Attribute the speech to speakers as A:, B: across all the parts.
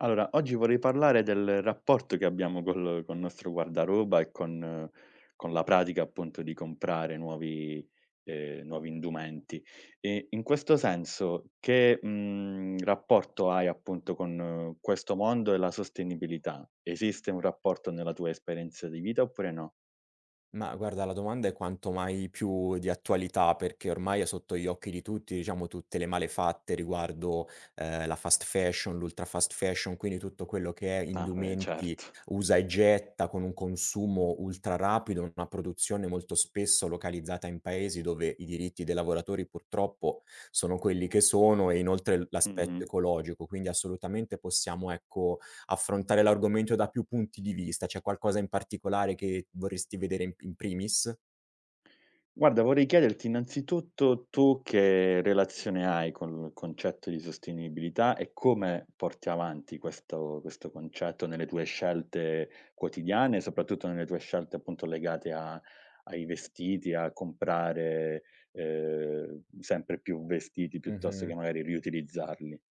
A: Allora, oggi vorrei parlare del rapporto che abbiamo col nostro guardaroba e con la pratica appunto di comprare nuovi nuovi indumenti. E in questo senso che, rapporto hai appunto con questo mondo e la sostenibilità? Esiste un rapporto nella tua esperienza di vita oppure no?
B: Ma guarda, la domanda è quanto mai più di attualità, perché ormai è sotto gli occhi di tutti, diciamo, tutte le malefatte riguardo, la fast fashion, l'ultra fast fashion, quindi tutto quello che è
A: Ah beh
B: indumenti
A: certo.
B: usa e getta con un consumo ultra rapido, una produzione molto spesso localizzata in paesi dove i diritti dei lavoratori purtroppo sono quelli che sono e inoltre l'aspetto
A: Mh-mh.
B: ecologico. Quindi assolutamente possiamo, ecco, affrontare l'argomento da più punti di vista. C'è qualcosa in particolare che vorresti vedere in primis?
A: Guarda, vorrei chiederti innanzitutto tu che relazione hai col concetto di sostenibilità e come porti avanti questo concetto nelle tue scelte quotidiane, soprattutto nelle tue scelte appunto legate a ai vestiti, a comprare, sempre più vestiti piuttosto che
B: Mh-mh.
A: magari riutilizzarli.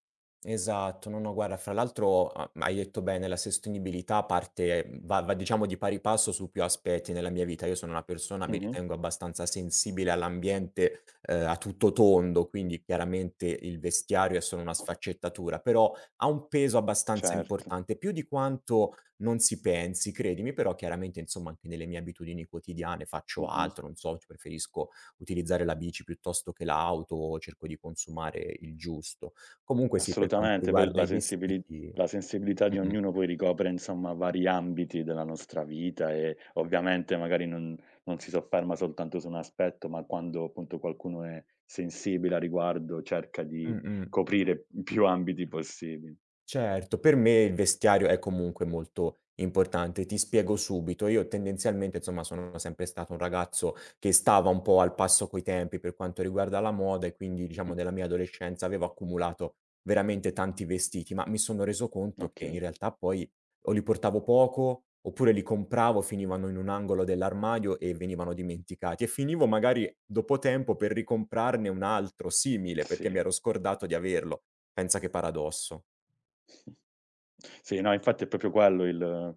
B: Esatto, no, no, guarda, fra l'altro ha hai detto bene, la sostenibilità parte va diciamo di pari passo su più aspetti nella mia vita. Io sono una persona, mi
A: Mh-mh.
B: ritengo abbastanza sensibile all'ambiente, a tutto tondo, quindi chiaramente il vestiario è solo una sfaccettatura, però ha un peso abbastanza
A: Certo.
B: importante, più di quanto non si pensi, credimi, però chiaramente insomma anche nelle mie abitudini quotidiane faccio
A: Mh-mh.
B: altro, non so, c preferisco utilizzare la bici piuttosto che l'auto, cerco di consumare il giusto. Comunque sì, per quanto
A: Assolutamente, poi
B: riguarda i vestiti
A: la sensibilità di
B: mh-mh,
A: ognuno poi ricopre, insomma, vari ambiti della nostra vita e ovviamente magari non si sofferma soltanto su un aspetto, ma quando appunto qualcuno è sensibile a riguardo cerca di
B: mh-mh.
A: coprire più ambiti possibili.
B: Certo, per me il vestiario è comunque molto importante. Ti spiego subito. Io tendenzialmente, insomma, sono sempre stato un ragazzo che stava un po' al passo coi tempi per quanto riguarda la moda e quindi, diciamo,
A: Mh,
B: nella mia adolescenza avevo accumulato veramente tanti vestiti, ma mi sono reso conto che in
A: okay,
B: realtà poi o li portavo poco oppure li compravo, finivano in un angolo dell'armadio e venivano dimenticati e finivo magari dopo tempo per ricomprarne un altro simile perché mi
A: sì.
B: ero scordato di averlo. Pensa che paradosso.
A: Sì, no, infatti è proprio quello il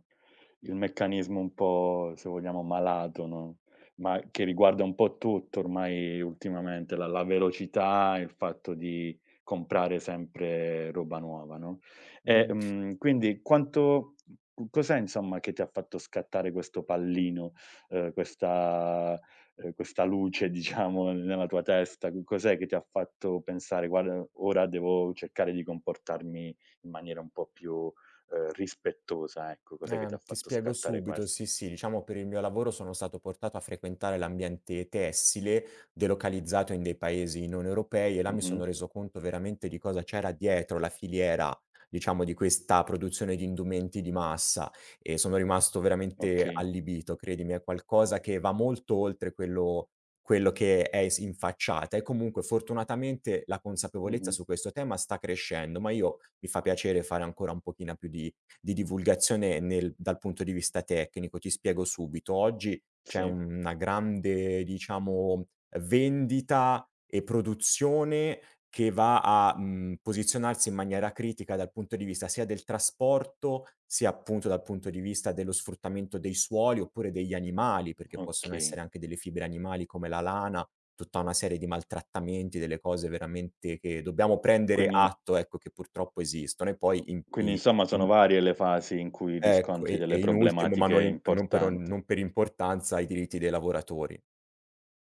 A: il meccanismo un po', se vogliamo, malato, no, ma che riguarda un po' tutto ormai ultimamente, la velocità, il fatto di comprare sempre roba nuova, no, e, quindi quanto c cos'è insomma che ti ha fatto scattare questo pallino, questa questa luce diciamo nella tua testa? Cos'è che ti ha fatto pensare: "Guarda, ora devo cercare di comportarmi in maniera un po' più, rispettosa", ecco. Cos'è che ti ha
B: Ti
A: fatto
B: spiego
A: scattare
B: subito,
A: questo?
B: sì, sì, diciamo per il mio lavoro sono stato portato a frequentare l'ambiente tessile, delocalizzato in dei paesi non europei e là mi
A: Mh-mh.
B: sono reso conto veramente di cosa c'era dietro la filiera, diciamo, di questa produzione di indumenti di massa e sono rimasto veramente
A: Okay.
B: allibito, credimi, è qualcosa che va molto oltre quello che è s in facciata e comunque fortunatamente la consapevolezza
A: Mh-mh.
B: su questo tema sta crescendo, ma io mi fa piacere fare ancora un pochino più di divulgazione nel dal punto di vista tecnico. Ti spiego subito: oggi c'è
A: Sì,
B: una grande, diciamo, vendita e produzione che va a, posizionarsi in maniera critica dal punto di vista sia del trasporto, sia appunto dal punto di vista dello sfruttamento dei suoli, oppure degli animali, perché possono
A: okay.
B: essere anche delle fibre animali come la lana, tutta una serie di maltrattamenti, delle cose veramente che dobbiamo prendere
A: Quindi
B: atto, ecco, che purtroppo esistono. E poi in
A: quindi
B: i
A: insomma sono
B: in
A: varie le fasi in cui
B: Ecco,
A: riscontri
B: e
A: delle
B: in ultimo, ma
A: problematiche importanti.
B: non per importanza, i diritti dei lavoratori.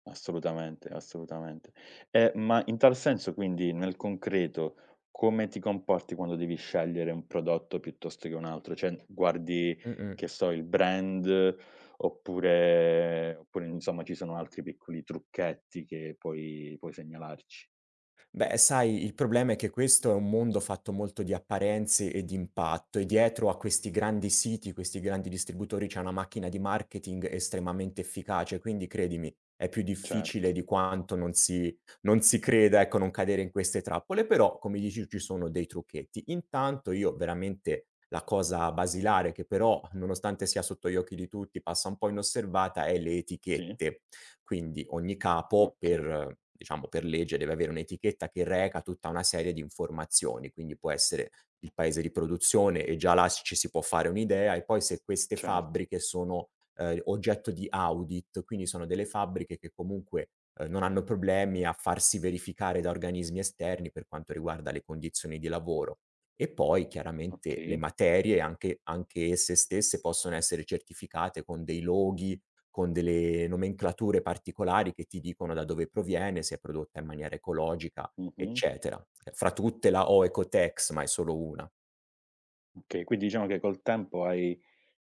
A: Assolutamente, assolutamente. Ma in tal senso quindi, nel concreto, come ti comporti quando devi scegliere un prodotto piuttosto che un altro? Cioè, guardi,
B: Mh-mh.
A: che so, il brand oppure insomma ci sono altri piccoli trucchetti che puoi segnalarci?
B: Beh, sai, il problema è che questo è un mondo fatto molto di apparenze e di impatto e dietro a questi grandi siti, questi grandi distributori c'è una macchina di marketing estremamente efficace, quindi credimi, è più difficile
A: Certo,
B: di quanto non si, non si creda, ecco, non cadere in queste trappole, però come dici ci sono dei trucchetti. Intanto io veramente la cosa basilare che però, nonostante sia sotto gli occhi di tutti, passa un po' inosservata, è le
A: sì,
B: etichette, quindi ogni capo per
A: okay,
B: diciamo, per legge deve avere un'etichetta che reca tutta una serie di informazioni, quindi può essere il paese di produzione e già là s ci si può fare un'idea e poi se queste
A: certo,
B: fabbriche sono, oggetto di audit, quindi sono delle fabbriche che comunque, non hanno problemi a farsi verificare da organismi esterni per quanto riguarda le condizioni di lavoro. E poi chiaramente le
A: okay,
B: materie anche esse stesse possono essere certificate con dei loghi con delle nomenclature particolari che ti dicono da dove proviene, se è prodotta in maniera ecologica,
A: mh-mh.
B: eccetera. Fra tutte la O Ecotex, ma è solo una.
A: Okay, quindi diciamo che col tempo hai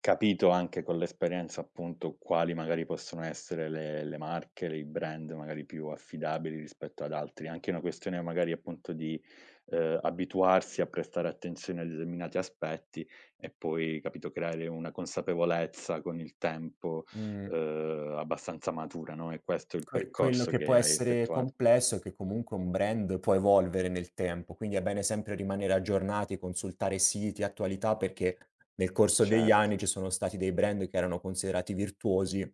A: capito anche con l'esperienza, appunto, quali magari possono essere le marche, le i brand magari più affidabili rispetto ad altri. Anche una questione magari, appunto, di, abituarsi a prestare attenzione a determinati aspetti e poi, capito, creare una consapevolezza con il tempo,
B: Mh.
A: abbastanza matura, no, è questo è il
B: Quello
A: percorso
B: che può
A: che hai
B: essere
A: effettuato.
B: complesso è che comunque un brand può evolvere nel tempo, quindi è bene sempre rimanere aggiornati, consultare siti, attualità, perché nel corso degli
A: Certo.
B: anni ci sono stati dei brand che erano considerati virtuosi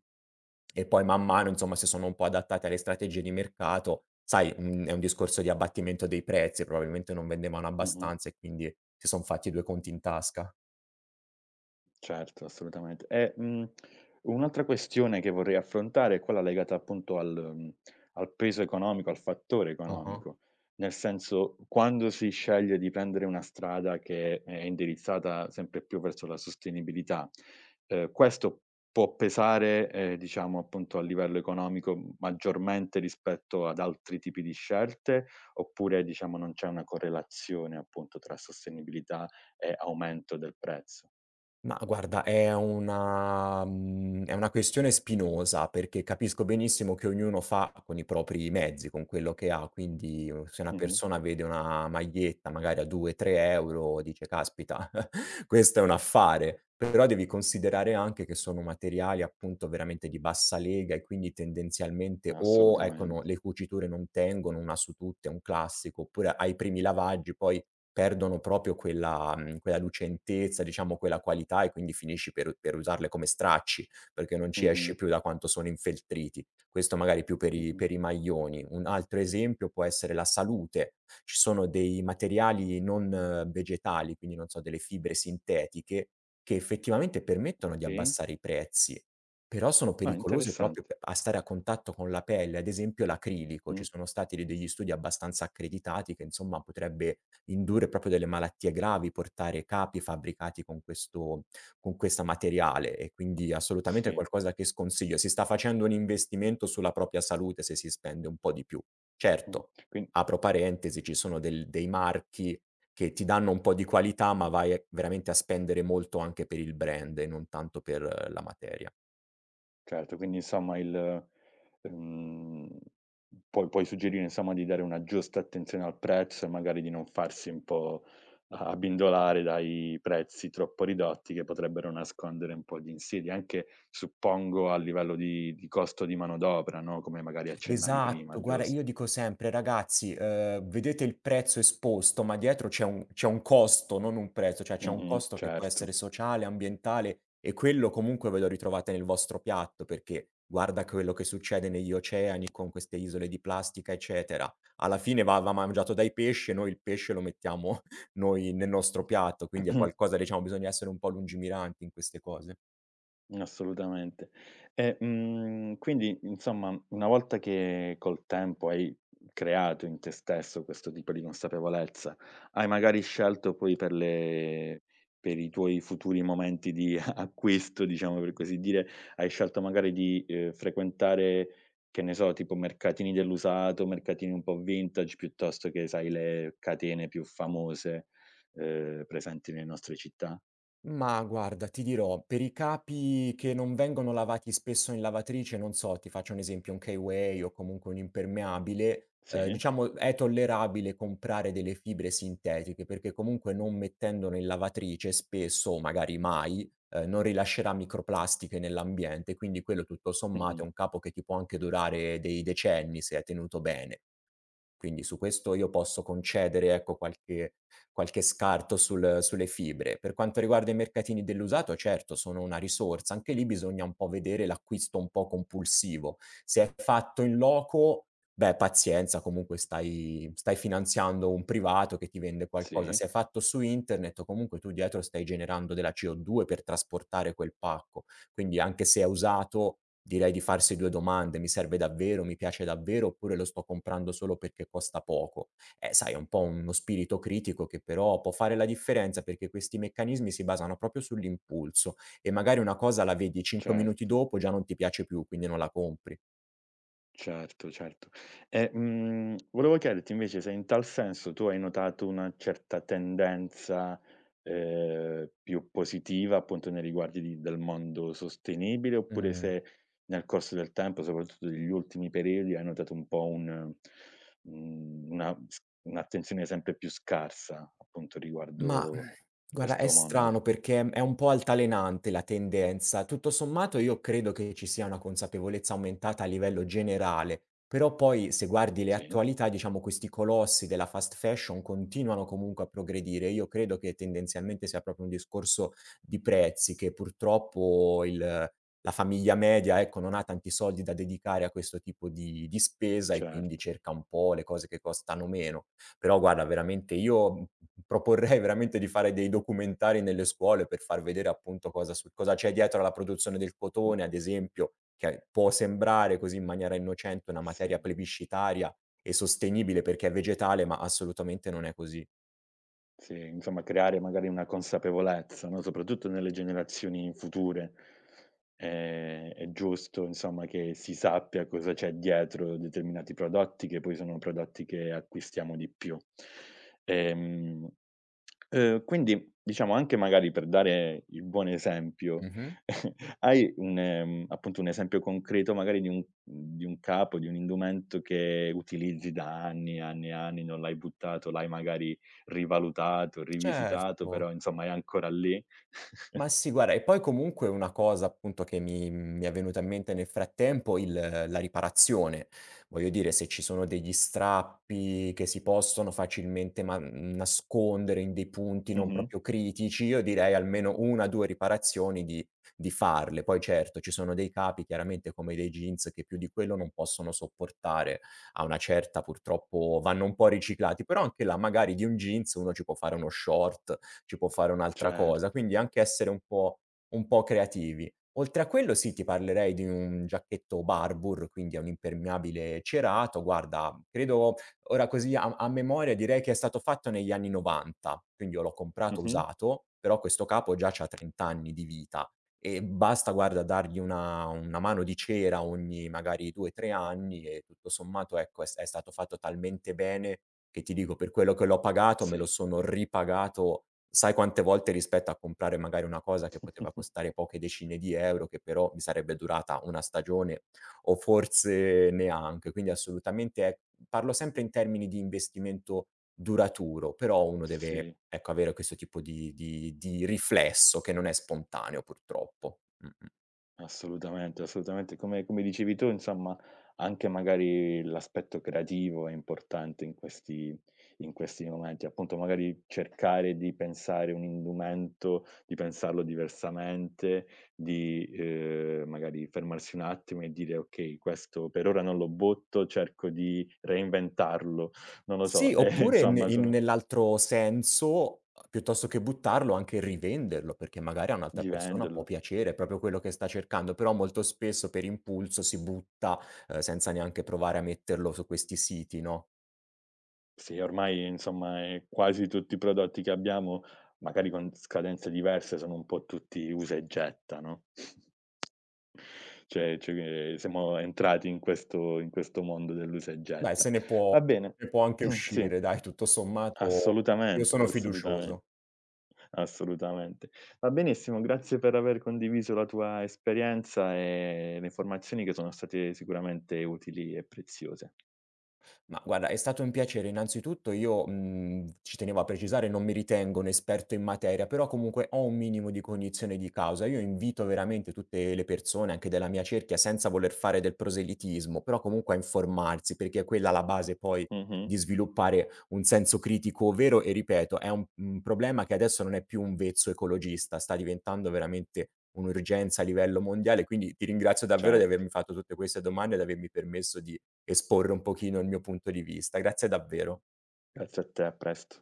B: e poi man mano, insomma, si sono un po' adattati alle strategie di mercato. Sai, è un discorso di abbattimento dei prezzi, probabilmente non vendevano
A: Mh-mh.
B: abbastanza e quindi si son fatti 2 conti in tasca.
A: Certo, assolutamente. E, un'altra questione che vorrei affrontare è quella legata appunto al al peso economico, al fattore
B: Ah-ah.
A: economico. Nel senso, quando si sceglie di prendere una strada che è indirizzata sempre più verso la sostenibilità, questo può pesare, diciamo appunto a livello economico maggiormente rispetto ad altri tipi di scelte, oppure diciamo non c'è una correlazione appunto tra sostenibilità e aumento del prezzo?
B: Ma guarda, è una è una questione spinosa, perché capisco benissimo che ognuno fa con i propri mezzi, con quello che ha, quindi se una
A: Mh-mh.
B: persona vede una maglietta magari a 2, 3 € dice: "Caspita, questo è un affare." Però devi considerare anche che sono materiali appunto veramente di bassa lega e quindi tendenzialmente o ecco no
A: Assolutamente.
B: le cuciture non tengono, una su tutte, è un classico, oppure ai primi lavaggi poi perdono proprio quella quella lucentezza, diciamo quella qualità e quindi finisci per usarle come stracci, perché non ci esci
A: Mh-mh,
B: più da quanto sono infeltriti. Questo magari più
A: mh-mh.
B: per i maglioni. Un altro esempio può essere la salute. Ci sono dei materiali non vegetali, quindi non so, delle fibre sintetiche, che effettivamente permettono di
A: Okay.
B: abbassare i prezzi, però sono
A: Ah,
B: pericolose proprio
A: interessante.
B: p a stare a contatto con la pelle, ad esempio l'acrilico. Ci
A: Mh,
B: sono stati de degli studi abbastanza accreditati che insomma potrebbe indurre proprio delle malattie gravi, portare capi fabbricati con questa materiale e quindi assolutamente è
A: sì.
B: qualcosa che sconsiglio. Si sta facendo un investimento sulla propria salute se si spende un po' di più.
A: Mh.
B: Certo,
A: Quin
B: apro parentesi, ci sono del dei marchi che ti danno un po' di qualità, ma vai veramente a spendere molto anche per il brand e non tanto per la materia.
A: Certo, quindi insomma il ehm, puoi suggerire insomma di dare una giusta attenzione al prezzo e magari di non farsi un po' a abbindolare dai prezzi troppo ridotti che potrebbero nascondere un po' di insidie, anche suppongo a livello di costo di manodopera, no, come magari accennavi
B: Esatto,
A: prima,
B: guarda
A: gius
B: io dico sempre: "Ragazzi, vedete il prezzo esposto, ma dietro c'è un costo, non un prezzo, cioè c'è un
A: mh-mh,
B: costo che può
A: certo.
B: essere sociale, ambientale e quello comunque ve lo ritrovate nel vostro piatto, perché guarda quello che succede negli oceani con queste isole di plastica, eccetera. Alla fine va mangiato dai pesci e noi il pesce lo mettiamo noi nel nostro piatto, quindi è qualcosa diciamo bisogna essere un po' lungimiranti in queste cose."
A: Assolutamente. E, quindi insomma, una volta che col tempo hai creato in te stesso questo tipo di consapevolezza, hai magari scelto poi per le per i tuoi futuri momenti di acquisto, diciamo per così dire, hai scelto magari di, frequentare, che ne so, tipo mercatini dell'usato, mercatini un po' vintage, piuttosto che sai le catene più famose, presenti nelle nostre città?
B: Ma guarda, ti dirò, per i capi che non vengono lavati spesso in lavatrice, non so, ti faccio un esempio, un K-Way o comunque un impermeabile,
A: Sì.
B: diciamo è tollerabile comprare delle fibre sintetiche perché comunque non mettendolo in lavatrice spesso, o magari mai, non rilascerà microplastiche nell'ambiente, quindi quello tutto sommato è
A: Mh-mh.
B: un capo che ti può anche durare dei decenni se è tenuto bene. Quindi su questo io posso concedere, ecco, qualche scarto sulle fibre. Per quanto riguarda i mercatini dell'usato, certo, sono una risorsa. Anche lì bisogna un po' vedere l'acquisto un po' compulsivo. Se è fatto in loco, beh, pazienza, comunque stai finanziando un privato che ti vende qualcosa.
A: Sì.
B: Se è fatto su internet, comunque tu dietro stai generando della CO2 per trasportare quel pacco. Quindi anche se è usato, direi di farsi 2 domande: "Mi serve davvero? Mi piace davvero? Oppure lo sto comprando solo perché costa poco?" Sai, è un po' uno spirito critico che però può fare la differenza, perché questi meccanismi si basano proprio sull'impulso e magari una cosa la vedi 5 minuti
A: Certo,
B: dopo, già non ti piace più, quindi non la compri.
A: certo, certo. E, volevo chiederti invece se in tal senso tu hai notato una certa tendenza, più positiva appunto nei riguardi di del mondo sostenibile, oppure
B: Mh.
A: se nel corso del tempo, soprattutto degli ultimi periodi, hai notato un po' un una s un'attenzione sempre più scarsa appunto
B: Ma,
A: riguardo
B: guarda è
A: questo mondo.
B: strano perché è un po' altalenante la tendenza. Tutto sommato io credo che ci sia una consapevolezza aumentata a livello generale, però poi se guardi le
A: Sì,
B: attualità, diciamo questi colossi della fast fashion continuano comunque a progredire. Io credo che tendenzialmente sia proprio un discorso di prezzi, che purtroppo il la famiglia media, ecco, non ha tanti soldi da dedicare a questo tipo di spesa e quindi
A: certo.
B: cerca un po' le cose che costano meno. Però guarda veramente io proporrei veramente di fare dei documentari nelle scuole per far vedere appunto cosa su cosa c'è dietro alla produzione del cotone,
A: Mh-mh.
B: ad esempio, che può sembrare così in maniera innocente una materia
A: Sì.
B: plebiscitaria e sostenibile perché è vegetale, ma assolutamente non è così.
A: Sì, insomma creare magari una consapevolezza, no, soprattutto nelle generazioni future. È giusto insomma che si sappia cosa c'è dietro determinati prodotti, che poi sono prodotti che acquistiamo di più. Ehm, quindi diciamo anche magari per dare il buon esempio,
B: Mh-mh.
A: hai un appunto un esempio concreto magari di un capo, di un indumento che utilizzi da anni, anni e anni, non l'hai buttato, l'hai magari rivalutato, rivisitato,
B: Certo.
A: però insomma è ancora lì.
B: Ma sì, guarda, e poi comunque una cosa appunto che mi è venuta in mente nel frattempo, il la riparazione. Voglio dire, se ci sono degli strappi che si possono facilmente ma nascondere in dei punti non
A: Mh-mh,
B: proprio critici, io direi almeno 1, 2 riparazioni di farle. Poi certo, ci sono dei capi chiaramente come dei jeans che più di quello non possono sopportare, a una certa purtroppo vanno un po' riciclati, però anche là magari di un jeans uno ci può fare uno short ci può fare un'altra cosa,
A: certo.
B: quindi anche essere un po' creativi. Oltre a quello sì, ti parlerei di un giacchetto Barbour, quindi è un impermeabile cerato, guarda, credo ora così a memoria direi che è stato fatto negli anni '90, quindi io l'ho comprato
A: Mh-mh.
B: usato, però questo capo già c'ha 30 anni di vita e basta guarda dargli una mano di cera ogni magari 2, 3 anni e tutto sommato ecco è stato fatto talmente bene che ti dico per quello che l'ho pagato me lo
A: Sì,
B: sono ripagato. Sai quante volte rispetto a comprare magari una cosa che poteva costare poche decine di euro, che però mi sarebbe durata 1 stagione o forse neanche. Quindi assolutamente è parlo sempre in termini di investimento duraturo, però uno deve,
A: sì.
B: ecco, avere questo tipo di di riflesso che non è spontaneo purtroppo. Mh-mh.
A: Assolutamente, assolutamente. Come dicevi tu insomma, anche magari l'aspetto creativo è importante in questi momenti. Appunto, magari cercare di pensare un indumento, di pensarlo diversamente, di, magari fermarsi un attimo e dire: "Okay, questo per ora non lo butto, cerco di reinventarlo." Non lo
B: Sì,
A: so,
B: oppure ne
A: insomma
B: in
A: sono
B: nell'altro senso, piuttosto che buttarlo, anche rivenderlo, perché magari a un'altra
A: di
B: persona può
A: venderlo.
B: piacere proprio quello che sta cercando, però molto spesso per impulso si butta, senza neanche provare a metterlo su questi siti, no.
A: Sì, ormai insomma, quasi tutti i prodotti che abbiamo, magari con scadenze diverse, sono un po' tutti usa e getta, no, cioè che siamo entrati in questo mondo dell'usa e
B: Beh,
A: getta.
B: se ne può
A: Va bene,
B: ne può anche
A: sì,
B: uscire dai, tutto sommato io
A: assolutamente,
B: sono fiducioso.
A: assolutamente. Va benissimo, grazie per aver condiviso la tua esperienza e le informazioni che sono state sicuramente utili e preziose.
B: Ma guarda, è stato un piacere. Innanzitutto io, ci tenevo a precisare, non mi ritengo un esperto in materia, però comunque ho un minimo di cognizione di causa. Io invito veramente tutte le persone, anche della mia cerchia, senza voler fare del proselitismo, però comunque a informarsi, perché è quella la base poi
A: Mh-mh,
B: di sviluppare un senso critico vero e ripeto, è un problema che adesso non è più un vezzo ecologista, sta diventando veramente un'urgenza a livello mondiale, quindi ti ringrazio davvero di
A: certo.
B: avermi fatto tutte queste domande e di avermi permesso di esporre un pochino il mio punto di vista. Grazie davvero.
A: Grazie a te, a presto.